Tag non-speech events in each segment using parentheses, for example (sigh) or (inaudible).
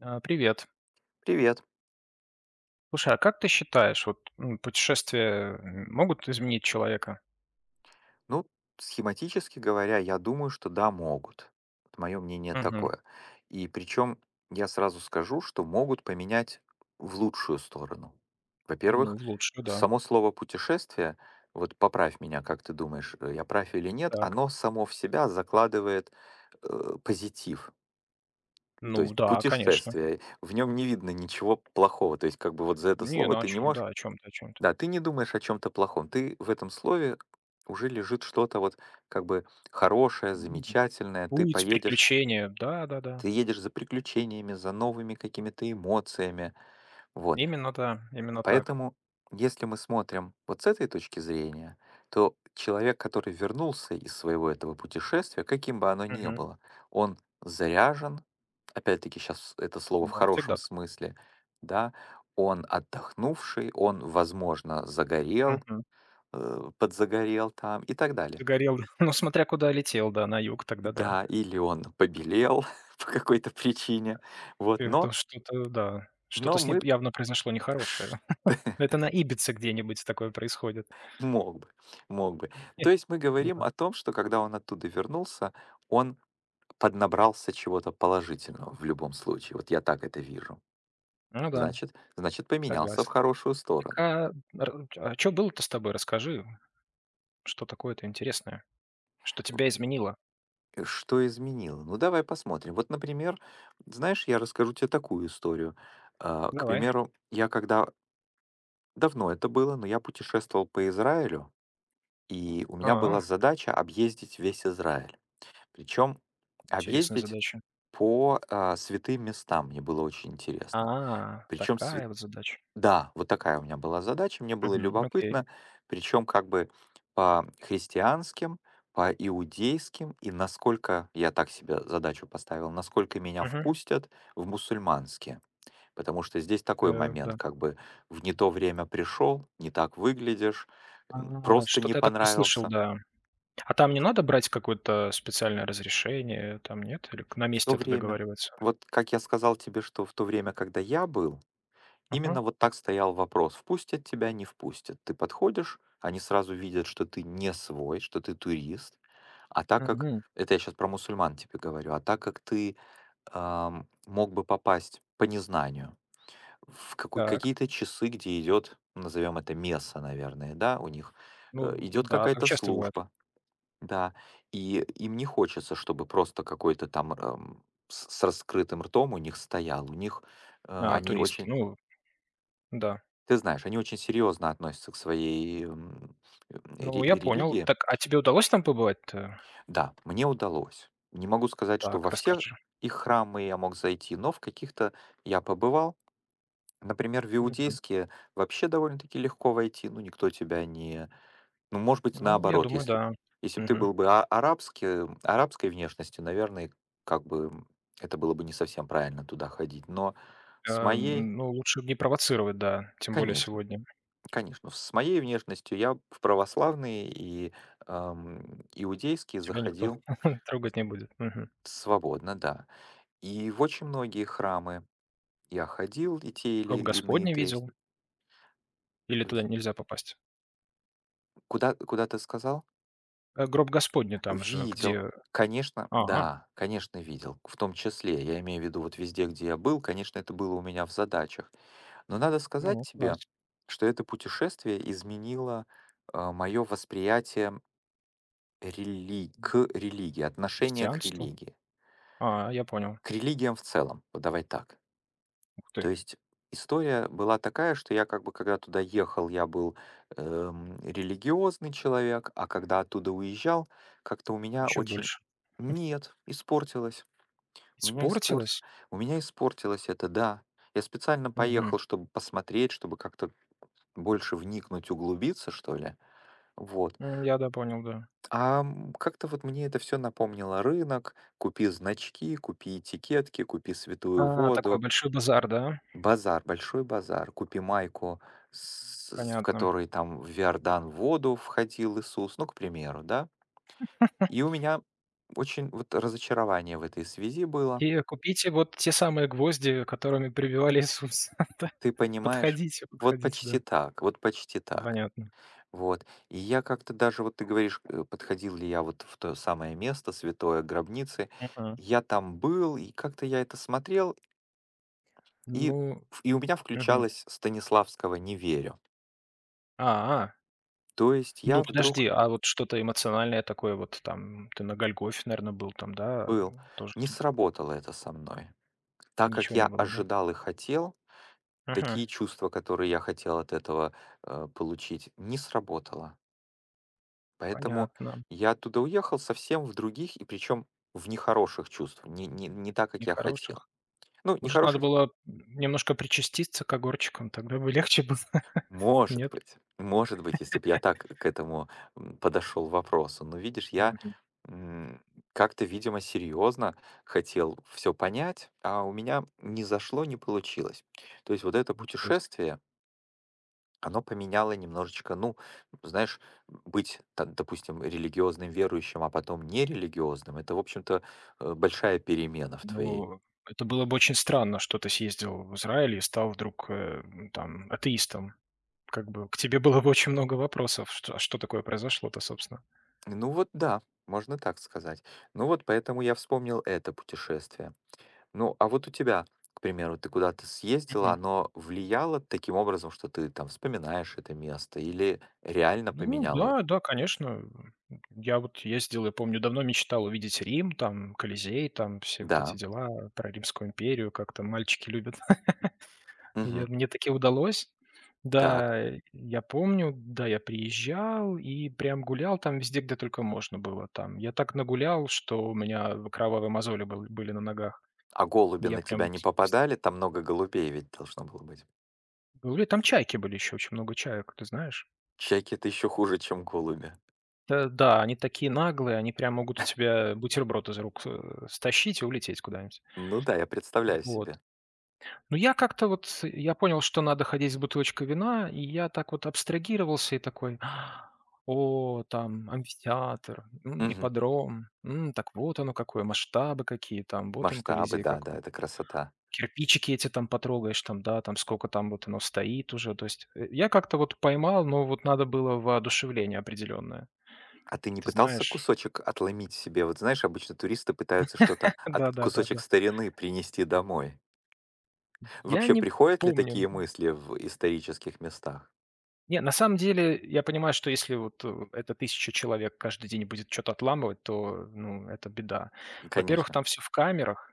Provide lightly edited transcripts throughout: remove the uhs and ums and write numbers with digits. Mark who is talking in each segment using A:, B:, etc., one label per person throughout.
A: А, привет.
B: Привет.
A: Слушай, а как ты считаешь, вот путешествия, могут изменить человека?
B: Ну, схематически говоря, я думаю, что да, могут. Мое мнение
A: Мгм.
B: такое. И причем я сразу скажу, что могут поменять в лучшую сторону. Во-первых,
A: Ну, в лучшую, да.
B: само слово путешествие, вот поправь меня, как ты думаешь, я прав или нет,
A: Так.
B: оно само в себя закладывает позитив. То
A: Ну,
B: есть
A: да, конечно.
B: путешествие, в нем не видно ничего плохого. То есть как бы вот за это
A: Не,
B: слово
A: ну о
B: ты не
A: чем,
B: можешь.
A: да, о чем-то, о чем-то.
B: Да, ты не думаешь о чем-то плохом. Ты в этом слове уже лежит что-то вот как бы хорошее,
A: М,
B: замечательное. Ты
A: Путь,
B: поедешь,
A: приключения, да, да,
B: ты
A: да.
B: едешь за приключениями, за новыми какими-то эмоциями. Вот.
A: Именно, да, именно так.
B: Поэтому, если мы смотрим вот с этой точки зрения, то человек, который вернулся из своего этого путешествия, каким бы оно ни
A: Мгм.
B: было, он заряжен, опять-таки сейчас это слово в
A: Да,
B: хорошем
A: всегда так.
B: смысле, да, он отдохнувший, он, возможно, загорел,
A: Мгм.
B: подзагорел там и так далее.
A: Загорел, (laughs) ну, смотря куда летел, да, на юг
B: И
A: тогда, да.
B: да, или он побелел (laughs) по какой-то причине, вот,
A: Это что-то, да, что-то
B: но
A: с ним
B: мы
A: явно произошло
B: ш-
A: нехорошее. (laughs) Это на Ибице где-нибудь такое происходит.
B: мог бы, мог бы. То
A: (laughs)
B: есть мы говорим
A: Да.
B: о том, что когда он оттуда вернулся, он поднабрался чего-то положительного в любом случае. Вот я так это вижу.
A: Ну да,
B: Значит, значит, поменялся в
A: согласен.
B: хорошую
A: Так,
B: сторону.
A: а р а было-то с тобой? Расскажи, что такое-то интересное, что тебя изменило?
B: Что изменило? Ну, давай посмотрим. Вот, например, знаешь, я расскажу тебе такую историю. К
A: Давай.
B: примеру, я когда давно это было, но я путешествовал по Израилю, и у меня
A: А,
B: была задача объездить весь Израиль. Причем
A: интересная
B: объездить
A: задача.
B: по святым местам мне было очень интересно.
A: А,
B: Причем
A: такая вот задача.
B: да, вот такая у меня была задача, мне было
A: Мгм, окей.
B: любопытно, причем как бы по христианским, по иудейским, и насколько я так себе задачу поставил, насколько меня
A: Мгм.
B: впустят в мусульманские. Потому что здесь такой момент,
A: Да.
B: как бы в не то время пришел, не так выглядишь,
A: А,
B: просто не
A: что-то я такое слышал,
B: понравился.
A: да. А там не надо брать какое-то специальное разрешение, там нет? Или к на
B: В то
A: месте это
B: время,
A: договаривается?
B: вот как я сказал тебе, что в то время, когда я был,
A: Ага.
B: именно вот так стоял вопрос, впустят тебя, не впустят. Ты подходишь, они сразу видят, что ты не свой, что ты турист. А так как,
A: Мгм.
B: это я сейчас про мусульман тебе говорю, а так как ты мог бы попасть по незнанию, в какой
A: Так.
B: какие-то часы, где идет, назовем это месса, наверное, да, у них
A: Ну
B: идет
A: да, так
B: какая-то
A: часто бывает.
B: служба, да, и им не хочется, чтобы просто какой-то там с раскрытым ртом у них стоял, у них э,
A: А,
B: они
A: турист.
B: очень,
A: Ну да.
B: ты знаешь, они очень серьезно относятся к своей э,
A: Ну, я понял.
B: религии.
A: Так, а тебе удалось там побывать-то?
B: Да, мне удалось. Не могу сказать, что
A: Так,
B: во все
A: расскажи.
B: их храмы я мог зайти, но в каких-то я побывал. Например, в
A: Мгм.
B: иудейские вообще довольно-таки легко войти, ну, никто тебя не... Ну, может быть,
A: Ну, я
B: наоборот,
A: думаю,
B: если
A: да.
B: если бы ты
A: Мгм.
B: был бы а арабски арабской внешности, наверное, как бы, это было бы не совсем правильно туда ходить. Но с
A: А,
B: моей
A: ну, лучше не провоцировать, да, тем более
B: конечно,
A: сегодня.
B: конечно, с моей внешностью я в православные и, иудейские
A: Тебя никто
B: заходил
A: (laughs) трогать не будет. Мгм.
B: свободно, да. И в очень многие храмы я ходил, и те
A: И гроб
B: или иные
A: Господний видел?
B: третьи.
A: Или туда нельзя попасть?
B: Куда ты сказал?
A: Гроб Господний там же,
B: Видел.
A: где…
B: Конечно,
A: А,
B: да, конечно, видел. В том числе, я имею в виду вот везде, где я был, конечно, это было у меня в задачах. Но надо сказать
A: ну,
B: тебе,
A: класс.
B: что это путешествие изменило мое восприятие
A: М,
B: к религии, отношение к
A: Христианство.
B: религии,
A: А, я понял.
B: к религиям в целом. Вот давай так.
A: Ух
B: То
A: ты,
B: есть история была такая, что я как бы, когда туда ехал, я был религиозный человек, а когда оттуда уезжал, как-то у меня
A: еще
B: очень...
A: больше.
B: Нет, испортилось. У меня испорти
A: Испортилось?
B: у меня испортилось это, да. Я специально
A: Мгм.
B: поехал, чтобы посмотреть, чтобы как-то больше вникнуть, углубиться, что ли. Вот.
A: Я, да, понял, да.
B: Как-то вот мне это все напомнило рынок, купи значки, купи этикетки, купи святую
A: А, такой
B: воду,
A: большой базар, да?
B: базар, большой базар, купи майку, в
A: Понятно.
B: которой там в Иордан воду входил Иисус, ну, к примеру, да. И у меня очень вот разочарование в этой связи было.
A: И купите вот те самые гвозди, которыми прибивали Иисуса, (laughs) да.
B: Ты понимаешь?
A: Подходите,
B: Вот
A: подходите,
B: почти
A: да.
B: так, вот почти так.
A: Понятно.
B: Вот. И я как-то даже, вот ты говоришь, подходил ли я вот в то самое место, святое гробницы.
A: Мгм.
B: Я там был, и как-то я это смотрел, и,
A: Ну,
B: и у меня
A: мгм.
B: включалось Станиславского «Не верю».
A: А. А.
B: То есть
A: Ну,
B: я
A: подожди,
B: вдруг
A: а вот что-то эмоциональное такое вот там, ты на "Голгофе", наверное, был там, да?
B: был.
A: Тоже
B: Не
A: кто
B: сработало это со мной. Так как
A: ничего не
B: я
A: было, да?
B: ожидал и хотел,
A: Мгм.
B: такие чувства, которые я хотел от этого получить, не сработало. Поэтому
A: Понятно.
B: я оттуда уехал совсем в других, и причем в нехороших чувствах, не так, как я хотел.
A: Нехороших.
B: Ну,
A: Может, надо
B: нехороших,
A: было немножко причаститься к огурчикам, тогда бы легче было, (laughs) нет?
B: может быть, если бы я так к этому подошел вопросу. Но видишь, я
A: Мгм.
B: м, как-то, видимо, серьезно хотел все понять, а у меня не зашло, не получилось. То есть вот
A: Не
B: это
A: получилось.
B: путешествие, оно поменяло немножечко, ну, знаешь, быть, там, допустим, религиозным верующим, а потом нерелигиозным, это, в общем-то, большая перемена в твоей.
A: Ну, это было бы очень странно, что ты съездил в Израиль и стал вдруг, там, атеистом. Как бы к тебе было бы очень много вопросов, что а что такое произошло-то, собственно?
B: Ну вот да, можно так сказать. Ну вот поэтому я вспомнил это путешествие. Ну, а вот у тебя, к примеру, ты куда-то съездила, оно влияло таким образом, что ты там вспоминаешь это место или реально
A: Ну
B: поменяло?
A: да, да, конечно. Я вот ездил, я помню, давно мечтал увидеть Рим, там Колизей, там все вот эти
B: Да.
A: дела про Римскую империю, как там мальчики любят. (laughs) И я
B: Мгм.
A: мне таки удалось.
B: Так.
A: Да, я помню, да, я приезжал и прям гулял там везде, где только можно было там. Я так нагулял, что у меня кровавые мозоли были на ногах.
B: А голуби
A: Я
B: на
A: прям
B: тебя
A: вот
B: не
A: с
B: попадали? Там много голубей ведь должно было быть.
A: гуля там чайки были еще, очень много чаек, ты знаешь?
B: Чайки- это еще хуже, чем голуби.
A: Да, они такие наглые, они прям могут у тебя бутерброд из рук, стащить и улететь куда-нибудь.
B: Ну да, я представляю
A: Вот.
B: себе.
A: Но я как-то вот, с я понял, что надо ходить с бутылочкой вина, и я так вот абстрагировался и такой: «А, о, там амфитеатр,
B: Мгм.
A: ипподром, так вот оно какое, масштабы какие там, вот он
B: Масштабы,
A: Колизей
B: да-да,
A: какой.
B: это красота.
A: Кирпичики эти там потрогаешь, там, да, там сколько там вот оно стоит уже». То есть, я как-то вот поймал, но вот надо было воодушевление определенное.
B: А ты не
A: Ты
B: пытался
A: знаешь?
B: кусочек отломить себе? Вот знаешь, обычно туристы пытаются что-то
A: (laughs)
B: от кусочек
A: Да-да-да-да.
B: старины принести домой.
A: Я
B: Вообще,
A: не
B: приходят ли
A: помню.
B: такие
A: Ну,
B: мысли в исторических местах?
A: Не, на самом деле, я понимаю, что если вот, эта тысяча человек каждый день будет что то отламывать, то, ну, это беда. Во-первых,
B: Конечно.
A: там все в камерах,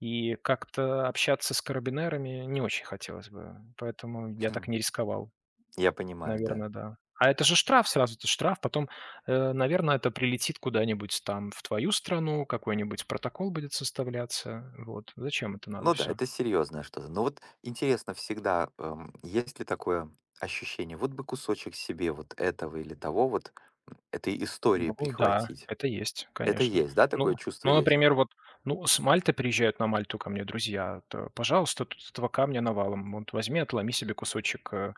A: и как-то общаться с карабинерами не очень хотелось бы, поэтому я
B: Хм.
A: так не рисковал.
B: Я понимаю, да.
A: Наверное, да. А это же штраф сразу, это штраф. Потом, наверное, это прилетит куда-нибудь там в твою страну, какой-нибудь протокол будет составляться. Вот. Зачем это надо
B: Ну да,
A: все?
B: это серьезное что-то. Но вот интересно всегда, есть ли такое ощущение: вот бы кусочек себе вот этого или того вот, этой истории
A: Ну да,
B: прихватить.
A: это есть,
B: Это
A: конечно.
B: есть, да, такое
A: Ну
B: чувство
A: ну,
B: есть?
A: например, вот, ну, с Мальты приезжают на Мальту ко мне друзья, то, пожалуйста, тут этого камня навалом. Вот возьми, отломи себе кусочек,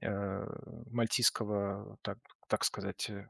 A: э, мальтийского, так сказать,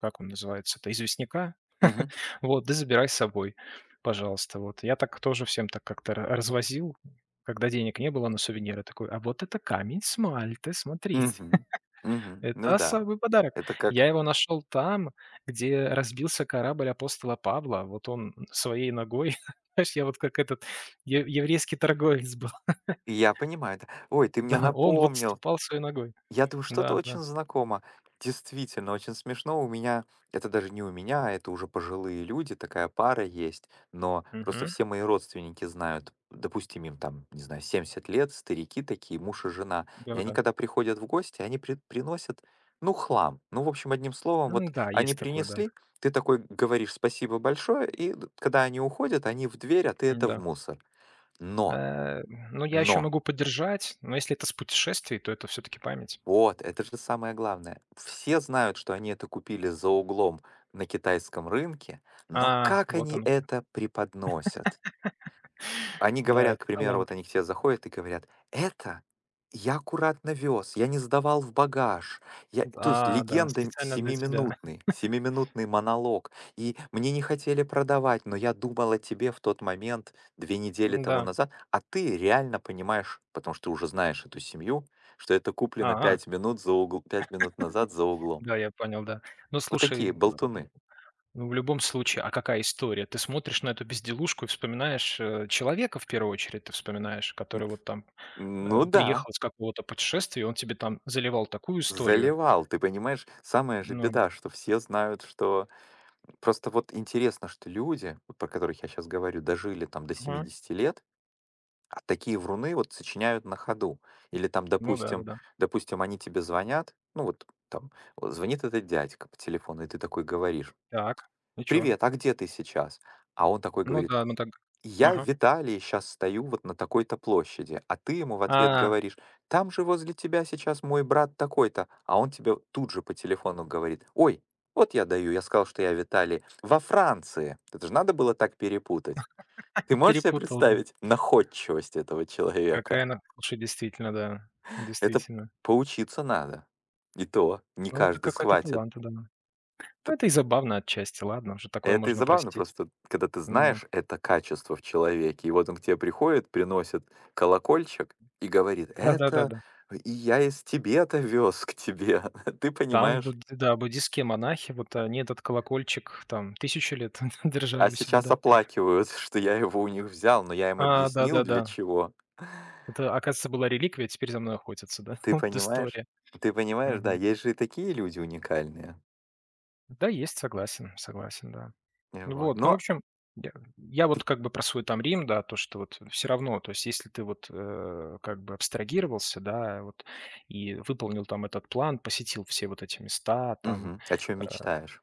A: как он называется это известняка,
B: Мгм.
A: вот, да забирай с собой, пожалуйста. Вот я так тоже всем так как-то ра развозил, когда денег не было на сувениры, такой: "А вот это камень с Мальты, смотрите".
B: Мгм. Мгм. Ну
A: Это
B: да.
A: особый подарок.
B: Это как
A: Я его нашел там, где разбился корабль апостола Павла. Вот он своей ногой, (laughs) знаешь, я вот как этот е еврейский торговец был. (laughs)
B: я понимаю, да. Ой, ты мне
A: Да, он вот
B: напомнил.
A: ступал своей ногой.
B: Я думаю, что-то
A: Да, да.
B: очень знакомо. Действительно, очень смешно. У меня, это даже не у меня, это уже пожилые люди, такая пара есть, но просто
A: Мгм.
B: все мои родственники знают, допустим, им там, не знаю, 70 лет, старики такие, муж и жена. И они,
A: Да-да.
B: когда приходят в гости, они приносят, ну, хлам. Ну, в общем, одним словом, вот
A: Да,
B: они
A: есть такое, да.
B: принесли, ты такой говоришь спасибо большое, и когда они уходят, они в дверь, а ты это в
A: М-да.
B: мусор. Но,
A: Э, ну, я еще
B: но,
A: могу поддержать, но если это с путешествий, то это все-таки память.
B: вот, это же самое главное. Все знают, что они это купили за углом на китайском рынке, но
A: А,
B: как
A: вот
B: они
A: оно.
B: это преподносят?
A: (laughs)
B: Они
A: Да,
B: говорят, к
A: это
B: примеру, вот
A: талант.
B: они к тебе заходят и говорят: «Это я аккуратно вез, я не сдавал в багаж». Я то есть
A: А, да,
B: легенда
A: специально для тебя.
B: семиминутный, семиминутный монолог. И мне не хотели продавать, но я думал о тебе в тот момент 2 недели
A: (laughs)
B: тому
A: Да.
B: назад, а ты реально понимаешь, потому что ты уже знаешь эту семью, что это куплено
A: А,
B: 5 минут назад за углом.
A: да, я понял, да. Ну,
B: Вот
A: слушай,
B: такие болтуны.
A: ну, в любом случае, а какая история? Ты смотришь на эту безделушку и вспоминаешь, человека в первую очередь ты вспоминаешь,
B: М,
A: который вот там,
B: ну да,
A: приехал с какого-то путешествия, и он тебе там заливал такую историю.
B: заливал, ты понимаешь? Самая же
A: Ну,
B: беда, что все знают, что... Просто вот интересно, что люди, вот про которых я сейчас говорю, дожили там до
A: мгм.
B: 70 лет, а такие вруны вот сочиняют на ходу. Или там,
A: Ну да,
B: допустим,
A: да-да.
B: допустим, они тебе звонят, ну вот там вот звонит этот дядька по телефону, и ты такой говоришь:
A: Так, и чё?
B: «Привет, а где ты сейчас?» А он такой
A: Ну
B: говорит,
A: да, ну так…
B: я
A: Ага.
B: Виталий сейчас стою вот на такой-то площади, а ты ему в ответ
A: А,
B: говоришь, там же возле тебя сейчас мой брат такой-то, а он тебе тут же по телефону говорит, ой, вот я даю, я сказал, что я Виталий во Франции. Это же надо было так перепутать. Ты можешь себе
A: перепутал,
B: представить находчивость этого человека?
A: Какая она… Слушай, действительно, да.
B: Это
A: Действительно.
B: поучиться надо. И то не
A: Ну, это
B: каждый
A: какой-то
B: схватит
A: талант, да. Ну,
B: т-
A: это и забавно отчасти, ладно, уже такое
B: это и
A: можно
B: забавно
A: простить.
B: просто, когда ты
A: Ну
B: знаешь это качество в человеке, и вот он к тебе приходит, приносит колокольчик и говорит: «Это
A: да-да-да-да.
B: и я из Тибета вез к тебе». (laughs) Ты
A: Там
B: понимаешь?
A: буд да, буддистские монахи, вот они этот колокольчик там тысячу лет (laughs)
B: А
A: держали у себя,
B: сейчас
A: да.
B: оплакивают, (laughs) что я его у них взял, но я им
A: А,
B: объяснил,
A: да-да-да.
B: для чего. (laughs)
A: Это, оказывается, была реликвия, а теперь за мной охотятся, да. (laughs)
B: Ты
A: Вот
B: понимаешь?
A: история.
B: Ты понимаешь, да,
A: Мгм.
B: есть же и такие люди уникальные.
A: Да, есть, согласен, согласен, да.
B: Вот.
A: Вот, ну, в
B: Но.
A: общем, я я вот как бы про свой там Рим, да, то, что вот все равно, то есть если ты вот, как бы абстрагировался, да, вот и выполнил там этот план, посетил все вот эти места там,
B: Мгм. О чем
A: э
B: мечтаешь?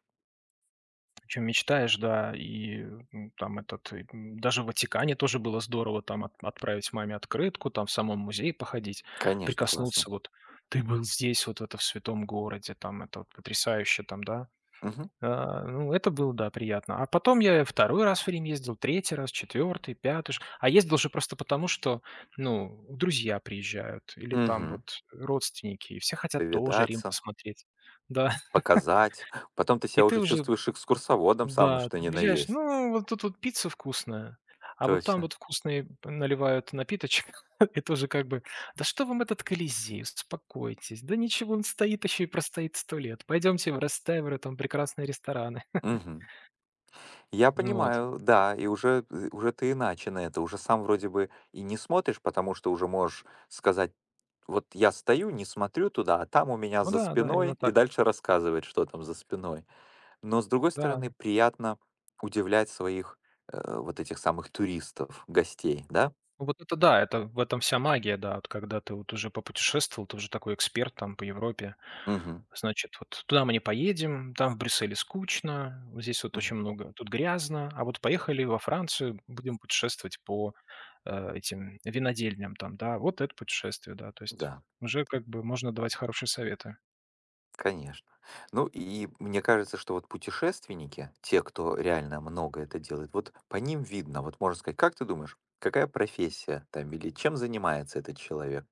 A: причем мечтаешь, да, и, там этот, и, даже в Ватикане тоже было здорово там от отправить маме открытку, там в самом музее походить,
B: Конечно, классно.
A: прикоснуться вот: "Ты был здесь, вот это в святом городе". Там это вот потрясающе там, да.
B: Мгм.
A: А, ну, это было, да, приятно. А потом я второй раз в Рим ездил, третий раз, четвертый, пятый. Ж. А ездил же просто потому, что, ну, друзья приезжают или там
B: Мгм.
A: вот родственники, и все хотят тоже Рим
B: Повидаться.
A: посмотреть. Да, (laughs)
B: Показать. Потом ты
A: и
B: себя
A: ты
B: уже
A: уже
B: чувствуешь экскурсоводом самым
A: да,
B: что
A: ты
B: ни на
A: приезжаешь:
B: есть.
A: "Ну, вот тут вот пицца вкусная, а вот там
B: Точно.
A: вот вкусные наливают напиточек". (laughs) И тоже как бы: "Да что вам этот Колизей, успокойтесь, да ничего, он стоит еще и простоит 100 лет. Пойдемте в Рестевро, там прекрасные рестораны". (laughs)
B: Мгм. Я
A: Вот.
B: понимаю, да, и уже, уже ты иначе на это, уже сам вроде бы и не смотришь, потому что уже можешь сказать: «Вот я стою, не смотрю туда, а там у меня
A: Ну
B: за
A: да, да, именно
B: спиной», и
A: так.
B: дальше рассказывать, что там за спиной. Но, с другой стороны,
A: Да.
B: приятно удивлять своих, вот этих самых туристов, гостей, да?
A: Вот это да, это в этом вся магия, да. Вот когда ты вот уже попутешествовал, ты уже такой эксперт там по Европе.
B: Мгм.
A: Значит, вот туда мы не поедем, там в Брюсселе скучно, вот здесь вот
B: Мгм.
A: очень много, тут грязно, а вот поехали во Францию, будем путешествовать по этим винодельням там, да, вот это путешествие, да, то есть
B: Да.
A: уже как бы можно давать хорошие советы.
B: Конечно. Ну и мне кажется, что вот путешественники, те, кто реально много это делает, вот по ним видно, вот можно сказать, как ты думаешь, какая профессия там или чем занимается этот человек?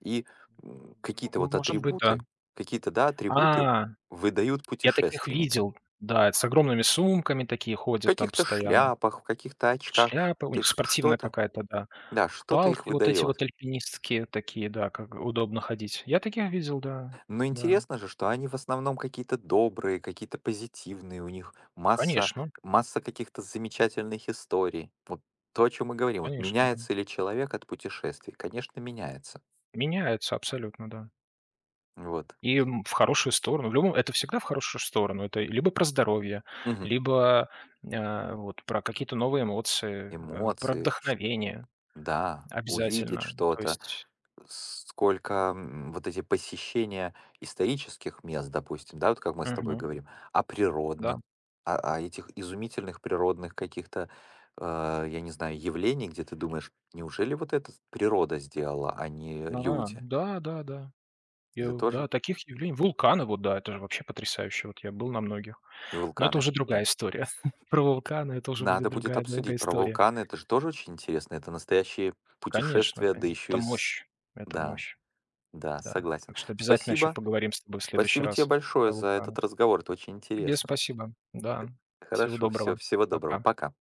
B: И какие-то
A: Ну,
B: вот
A: может быть, да.
B: атрибуты, какие-то, да, атрибуты
A: А,
B: выдают
A: я таких
B: путешественника.
A: видел, да, с огромными сумками такие
B: В
A: ходят там
B: каких-то
A: постоянно.
B: шляпах, в каких-то очках,
A: Шляпа, у
B: то
A: них
B: есть
A: спортивная
B: что-то,
A: какая-то, да.
B: да, что-то их
A: Палки вот эти
B: выдает.
A: вот альпинистские такие, да, как удобно ходить. Я таких видел, да,
B: Но
A: да.
B: интересно же, что они в основном какие-то добрые, какие-то позитивные, у них масса,
A: Конечно,
B: масса каких-то замечательных историй. Вот то, о чем мы говорим, вот
A: конечно, да.
B: меняется ли человек от путешествий? Конечно, меняется.
A: Меняется абсолютно, да.
B: Вот.
A: И, в хорошую сторону. В любом это всегда в хорошую сторону. Это либо про здоровье,
B: Мгм.
A: либо, а, вот про какие-то новые эмоции, про
B: Эмоции,
A: вдохновение
B: да, увидеть
A: обязательно. То
B: что-то,
A: есть…
B: сколько, вот эти посещения исторических мест, допустим, да, вот как мы с тобой
A: Мгм.
B: говорим, а
A: Да.
B: природных, этих изумительных природных каких-то, я не знаю, явлений, где ты думаешь, неужели вот это природа сделала, а не
A: А,
B: люди?
A: да-да-да. Я,
B: Это
A: да,
B: тоже
A: таких явлений… Вулканы вот, да, это же вообще потрясающе. Вот я был на многих. Но это
B: вулканы,
A: уже
B: да.
A: другая история. (laughs) Про вулканы это уже будет
B: Надо будет
A: другая долгая
B: обсудить про
A: история.
B: вулканы, это же тоже очень интересно, это настоящие
A: Конечно,
B: путешествия, да
A: конечно. Это
B: еще и с...
A: мощь, это
B: Да,
A: мощь,
B: да,
A: да.
B: согласен.
A: Так что обязательно еще
B: Спасибо,
A: поговорим с тобой в следующий
B: спасибо тебе
A: раз
B: большое
A: про
B: за
A: вулканы.
B: этот разговор, это очень
A: Тебе
B: интересно.
A: спасибо. Да. Всего
B: Хорошо, все,
A: доброго.
B: всего доброго.
A: Пока.
B: Пока.